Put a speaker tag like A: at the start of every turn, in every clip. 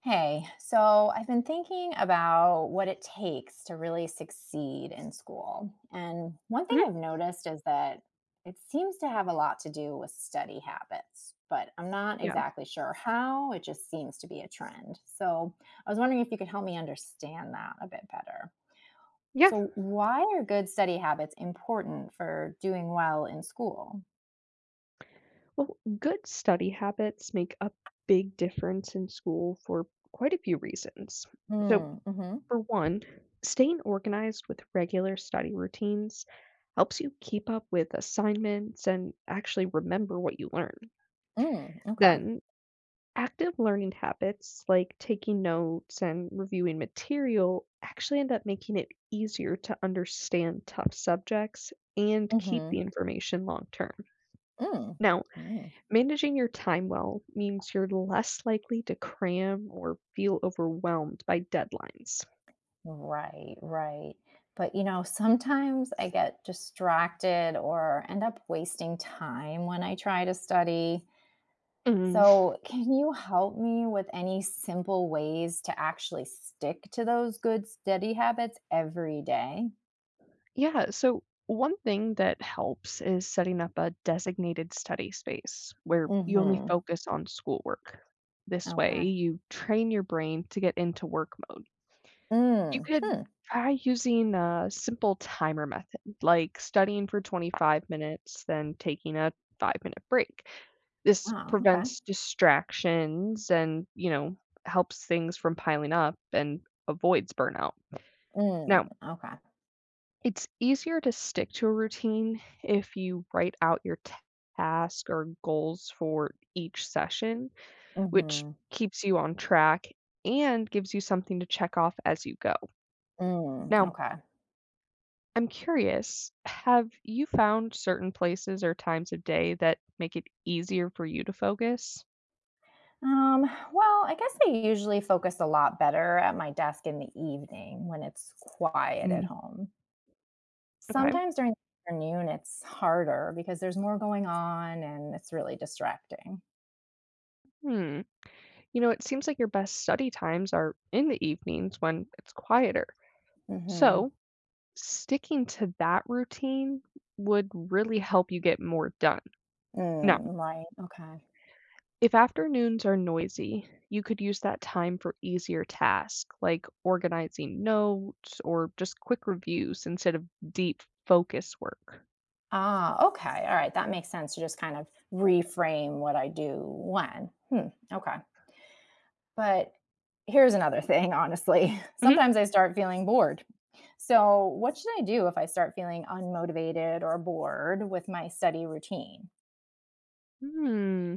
A: Hey, so I've been thinking about what it takes to really succeed in school. And one thing
B: Mhm,
A: I've noticed is that it seems to have a lot to do with study habits, but I'm not
B: yeah.
A: exactly sure how. It just seems to be a trend. So I was wondering if you could help me understand that a bit better.
B: Yeah,
A: So, why are good study habits important for doing well in school?
B: well, good study habits make a big difference in school for quite a few reasons. So,
A: Mm, mm-hmm.
B: for one, staying organized with regular study routines helps you keep up with assignments and actually remember what you learn.
A: Mm, okay.
B: Then, active learning habits like taking notes and reviewing material actually end up making it easier to understand tough subjects and keep
A: Mm-hmm.
B: the information long term.
A: Mm.
B: Now,
A: Mm.
B: managing your time well means you're less likely to cram or feel overwhelmed by deadlines.
A: Right, right. But sometimes I get distracted or end up wasting time when I try to study.
B: Mm.
A: So, can you help me with any simple ways to actually stick to those good study habits every day?
B: Yeah, so one thing that helps is setting up a designated study space where you only
A: Mm-hmm.
B: focus on schoolwork. This way,
A: Okay.
B: you train your brain to get into work mode. You
A: Mm.
B: could
A: Hmm.
B: try using a simple timer method, like studying for 25 minutes, then taking a 5-minute break. This
A: Oh, okay.
B: prevents distractions and, helps things from piling up and avoids burnout.
A: Mm.
B: Now,
A: Okay.
B: it's easier to stick to a routine if you write out your task or goals for each session, which
A: Mm-hmm.
B: keeps you on track and gives you something to check off as you go.
A: Mm.
B: Now,
A: Okay.
B: I'm curious, have you found certain places or times of day that make it easier for you to focus?
A: Um, well, I guess I usually focus a lot better at my desk in the evening when it's quiet at
B: Mm.
A: home.
B: Okay.
A: Sometimes during the afternoon, it's harder because there's more going on and it's really distracting.
B: Hmm. You know, it seems like your best study times are in the evenings when it's quieter.
A: Hmm.
B: So, sticking to that routine would really help you get more done. Now,
A: Mm, right. Okay.
B: if afternoons are noisy, you could use that time for easier tasks like organizing notes or just quick reviews instead of deep focus work.
A: Ah, okay. All right. That makes sense, to just kind of reframe what I do when. Hmm. Okay. But here's another thing, honestly. Sometimes I start feeling bored. So, what should I do if I start feeling unmotivated or bored with my study routine?
B: Hmm.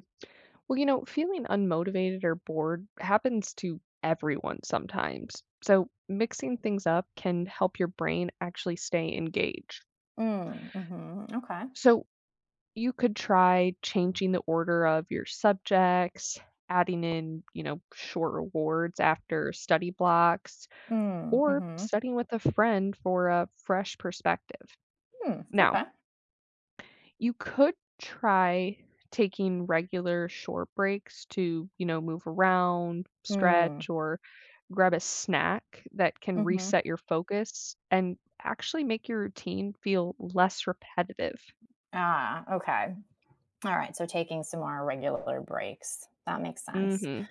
B: Well, feeling unmotivated or bored happens to everyone sometimes. So, mixing things up can help your brain actually stay engaged.
A: Mm, mm-hmm, okay.
B: So, you could try changing the order of your subjects, adding in, short rewards after study blocks,
A: Mm,
B: or
A: mm-hmm,
B: studying with a friend for a fresh perspective.
A: mm,
B: Now,
A: okay.
B: you could try taking regular short breaks to, move around,
A: Mm,
B: stretch, or grab a snack that can
A: mm-hmm.
B: reset your focus and actually make your routine feel less repetitive.
A: Ah, okay. All right. So, taking some more regular breaks. That makes sense.
B: Mhm.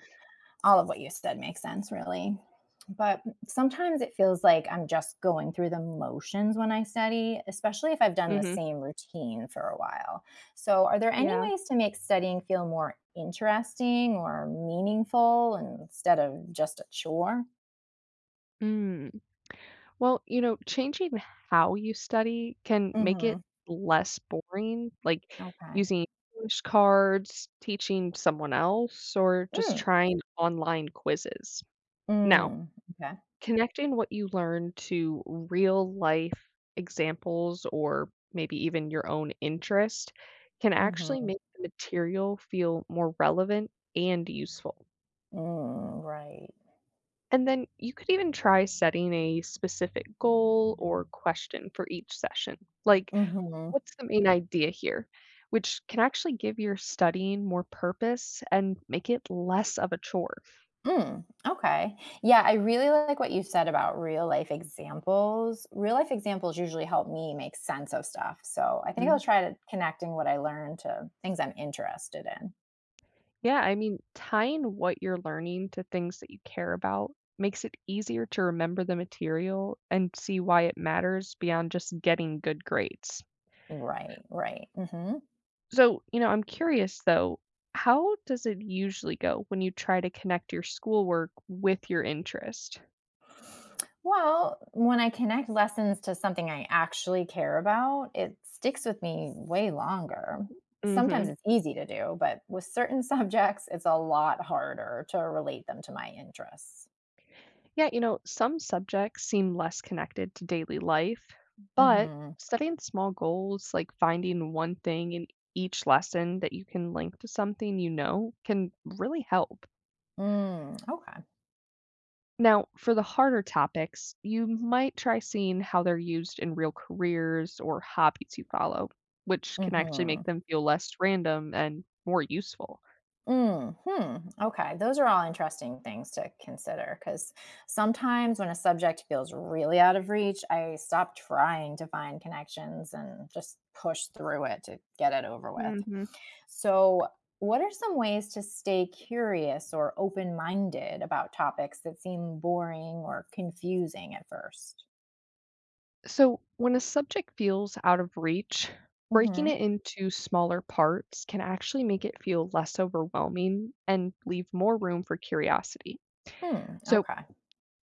A: All of what you said makes sense, really. But sometimes it feels like I'm just going through the motions when I study, especially if I've done the
B: Mhm.
A: same routine for a while. So, are there any
B: Yeah.
A: ways to make studying feel more interesting or meaningful instead of just a chore?
B: Mm. Well, changing how you study can make it
A: Mm-hmm.
B: less boring, like
A: Okay.
B: using flashcards, teaching someone else, or just
A: Mm,
B: trying online quizzes. Now,
A: mm, okay.
B: connecting what you learn to real life examples or maybe even your own interest can actually
A: Mm-hmm.
B: make the material feel more relevant and useful.
A: Mm, right.
B: And then you could even try setting a specific goal or question for each session. Like,
A: Mm-hmm.
B: what's the main idea here? Which can actually give your studying more purpose and make it less of a chore.
A: Mm, okay. Yeah, I really like what you said about real life examples. Real life examples usually help me make sense of stuff. So I think I'll try to connecting what I learned to things I'm interested in.
B: Yeah, I mean, tying what you're learning to things that you care about makes it easier to remember the material and see why it matters beyond just getting good grades.
A: Right, right. Hmm.
B: So, I'm curious though, how does it usually go when you try to connect your schoolwork with your interest?
A: Well, when I connect lessons to something I actually care about, it sticks with me way longer. Sometimes
B: Hmm.
A: it's easy to do, but with certain subjects, it's a lot harder to relate them to my interests.
B: Yeah, some subjects seem less connected to daily life, but
A: Hmm.
B: setting small goals, like finding one thing in each lesson that you can link to something you know, can really help.
A: Mm, okay.
B: Now, for the harder topics, you might try seeing how they're used in real careers or hobbies you follow, which can actually make
A: Mhm.
B: them feel less random and more useful.
A: Mm, hmm, okay, those are all interesting things to consider. Because sometimes when a subject feels really out of reach, I stop trying to find connections and just push through it to get it over with.
B: Hmm.
A: So, what are some ways to stay curious or open-minded about topics that seem boring or confusing at first?
B: So, when a subject feels out of reach, breaking
A: Mhm.
B: it into smaller parts can actually make it feel less overwhelming and leave more room for curiosity.
A: Hmm,
B: So,
A: okay.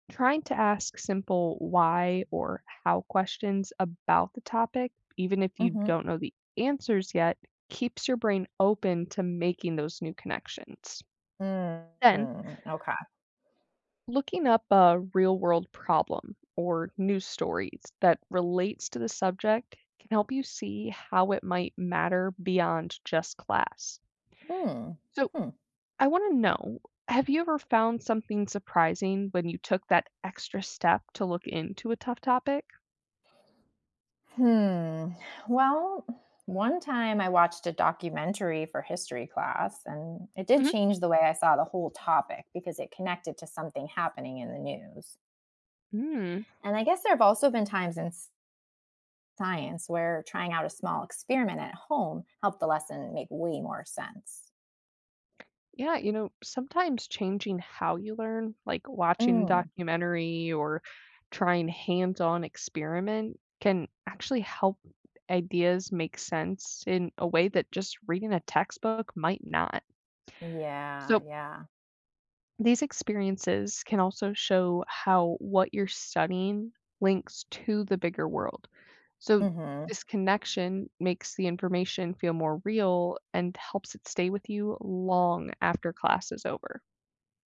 B: trying to ask simple why or how questions about the topic, even if you
A: Mhm.
B: don't know the answers yet, keeps your brain open to making those new connections.
A: Mm,
B: Then,
A: mm, okay.
B: looking up a real world problem or news stories that relates to the subject can help you see how it might matter beyond just class.
A: Mm.
B: So,
A: Hmm.
B: I want to know, have you ever found something surprising when you took that extra step to look into a tough topic?
A: Hmm. Well, one time I watched a documentary for history class, and it did
B: Mhm.
A: change the way I saw the whole topic because it connected to something happening in the news.
B: Hmm.
A: And I guess there have also been times in science where trying out a small experiment at home helped the lesson make way more sense.
B: Yeah, sometimes changing how you learn, like watching a
A: Mm.
B: documentary or trying hands-on experiment, can actually help ideas make sense in a way that just reading a textbook might not.
A: Yeah,
B: So,
A: yeah.
B: these experiences can also show how what you're studying links to the bigger world. So,
A: Hmm.
B: this connection makes the information feel more real and helps it stay with you long after class is over.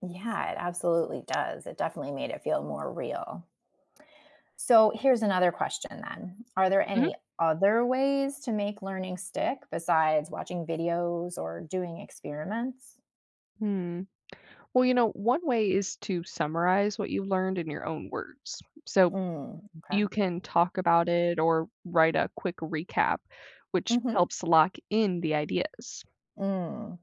A: Yeah, it absolutely does. It definitely made it feel more real. So here's another question then. Are there
B: Mhm.
A: any other ways to make learning stick besides watching videos or doing experiments?
B: Hmm. Well, one way is to summarize what you learned in your own words. So
A: Mm, okay.
B: you can talk about it or write a quick recap, which
A: Mm-hmm.
B: helps lock in the ideas.
A: Mm.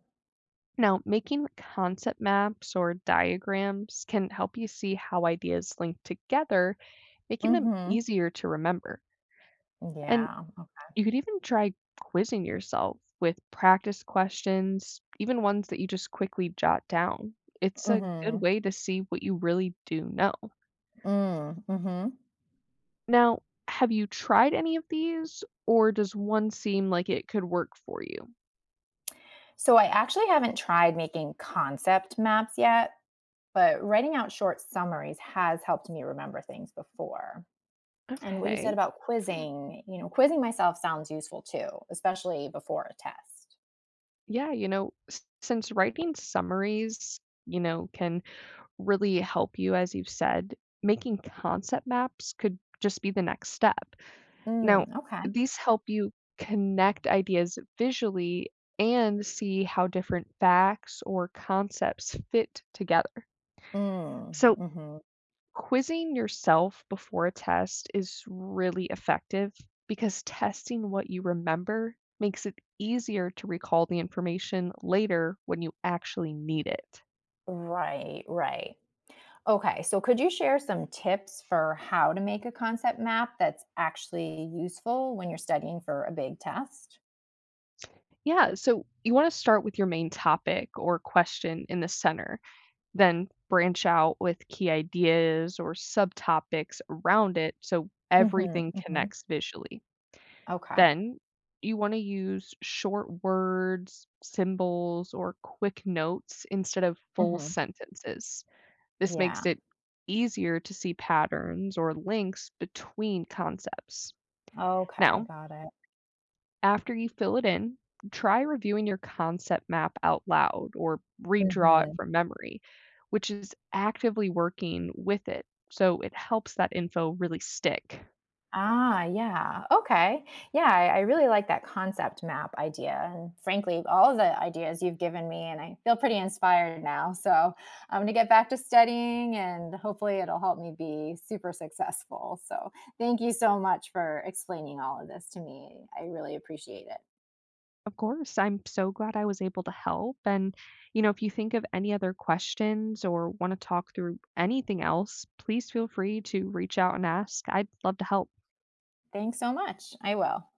B: Now, making concept maps or diagrams can help you see how ideas link together, making them
A: Mm-hmm.
B: easier to remember. And
A: Yeah. Okay.
B: you could even try quizzing yourself with practice questions, even ones that you just quickly jot down. It's a good
A: Mm-hmm.
B: way to see what you really do know.
A: Mm. Mm-hmm.
B: Now, have you tried any of these, or does one seem like it could work for you?
A: So I actually haven't tried making concept maps yet, but writing out short summaries has helped me remember things before. And what you said
B: Okay.
A: about quizzing myself sounds useful too, especially before a test.
B: Yeah, since writing summaries, can really help you, as you've said, making concept maps could just be the next step. Now,
A: Mm, okay.
B: these help you connect ideas visually and see how different facts or concepts fit together.
A: Mm,
B: So,
A: mhm.
B: quizzing yourself before a test is really effective because testing what you remember makes it easier to recall the information later when you actually need it.
A: Right, right. Okay, so could you share some tips for how to make a concept map that's actually useful when you're studying for a big test?
B: Yeah, so you want to start with your main topic or question in the center, then branch out with key ideas or subtopics around it so
A: Mhm,
B: everything
A: mhm.
B: connects visually.
A: Okay.
B: Then you want to use short words, symbols, or quick notes instead of full
A: Mhm.
B: sentences. This makes
A: Yeah.
B: it easier to see patterns or links between concepts.
A: Okay,
B: Now,
A: got it.
B: after you fill it in, try reviewing your concept map out loud or redraw it
A: Mhm.
B: from memory, which is actively working with it. So it helps that info really stick.
A: Ah, yeah. Okay. Yeah, I really like that concept map idea. And frankly, all of the ideas you've given me, and I feel pretty inspired now. So I'm going to get back to studying and hopefully it'll help me be super successful. So thank you so much for explaining all of this to me. I really appreciate it.
B: Of course, I'm so glad I was able to help. And, if you think of any other questions or want to talk through anything else, please feel free to reach out and ask. I'd love to help.
A: Thanks so much. I will.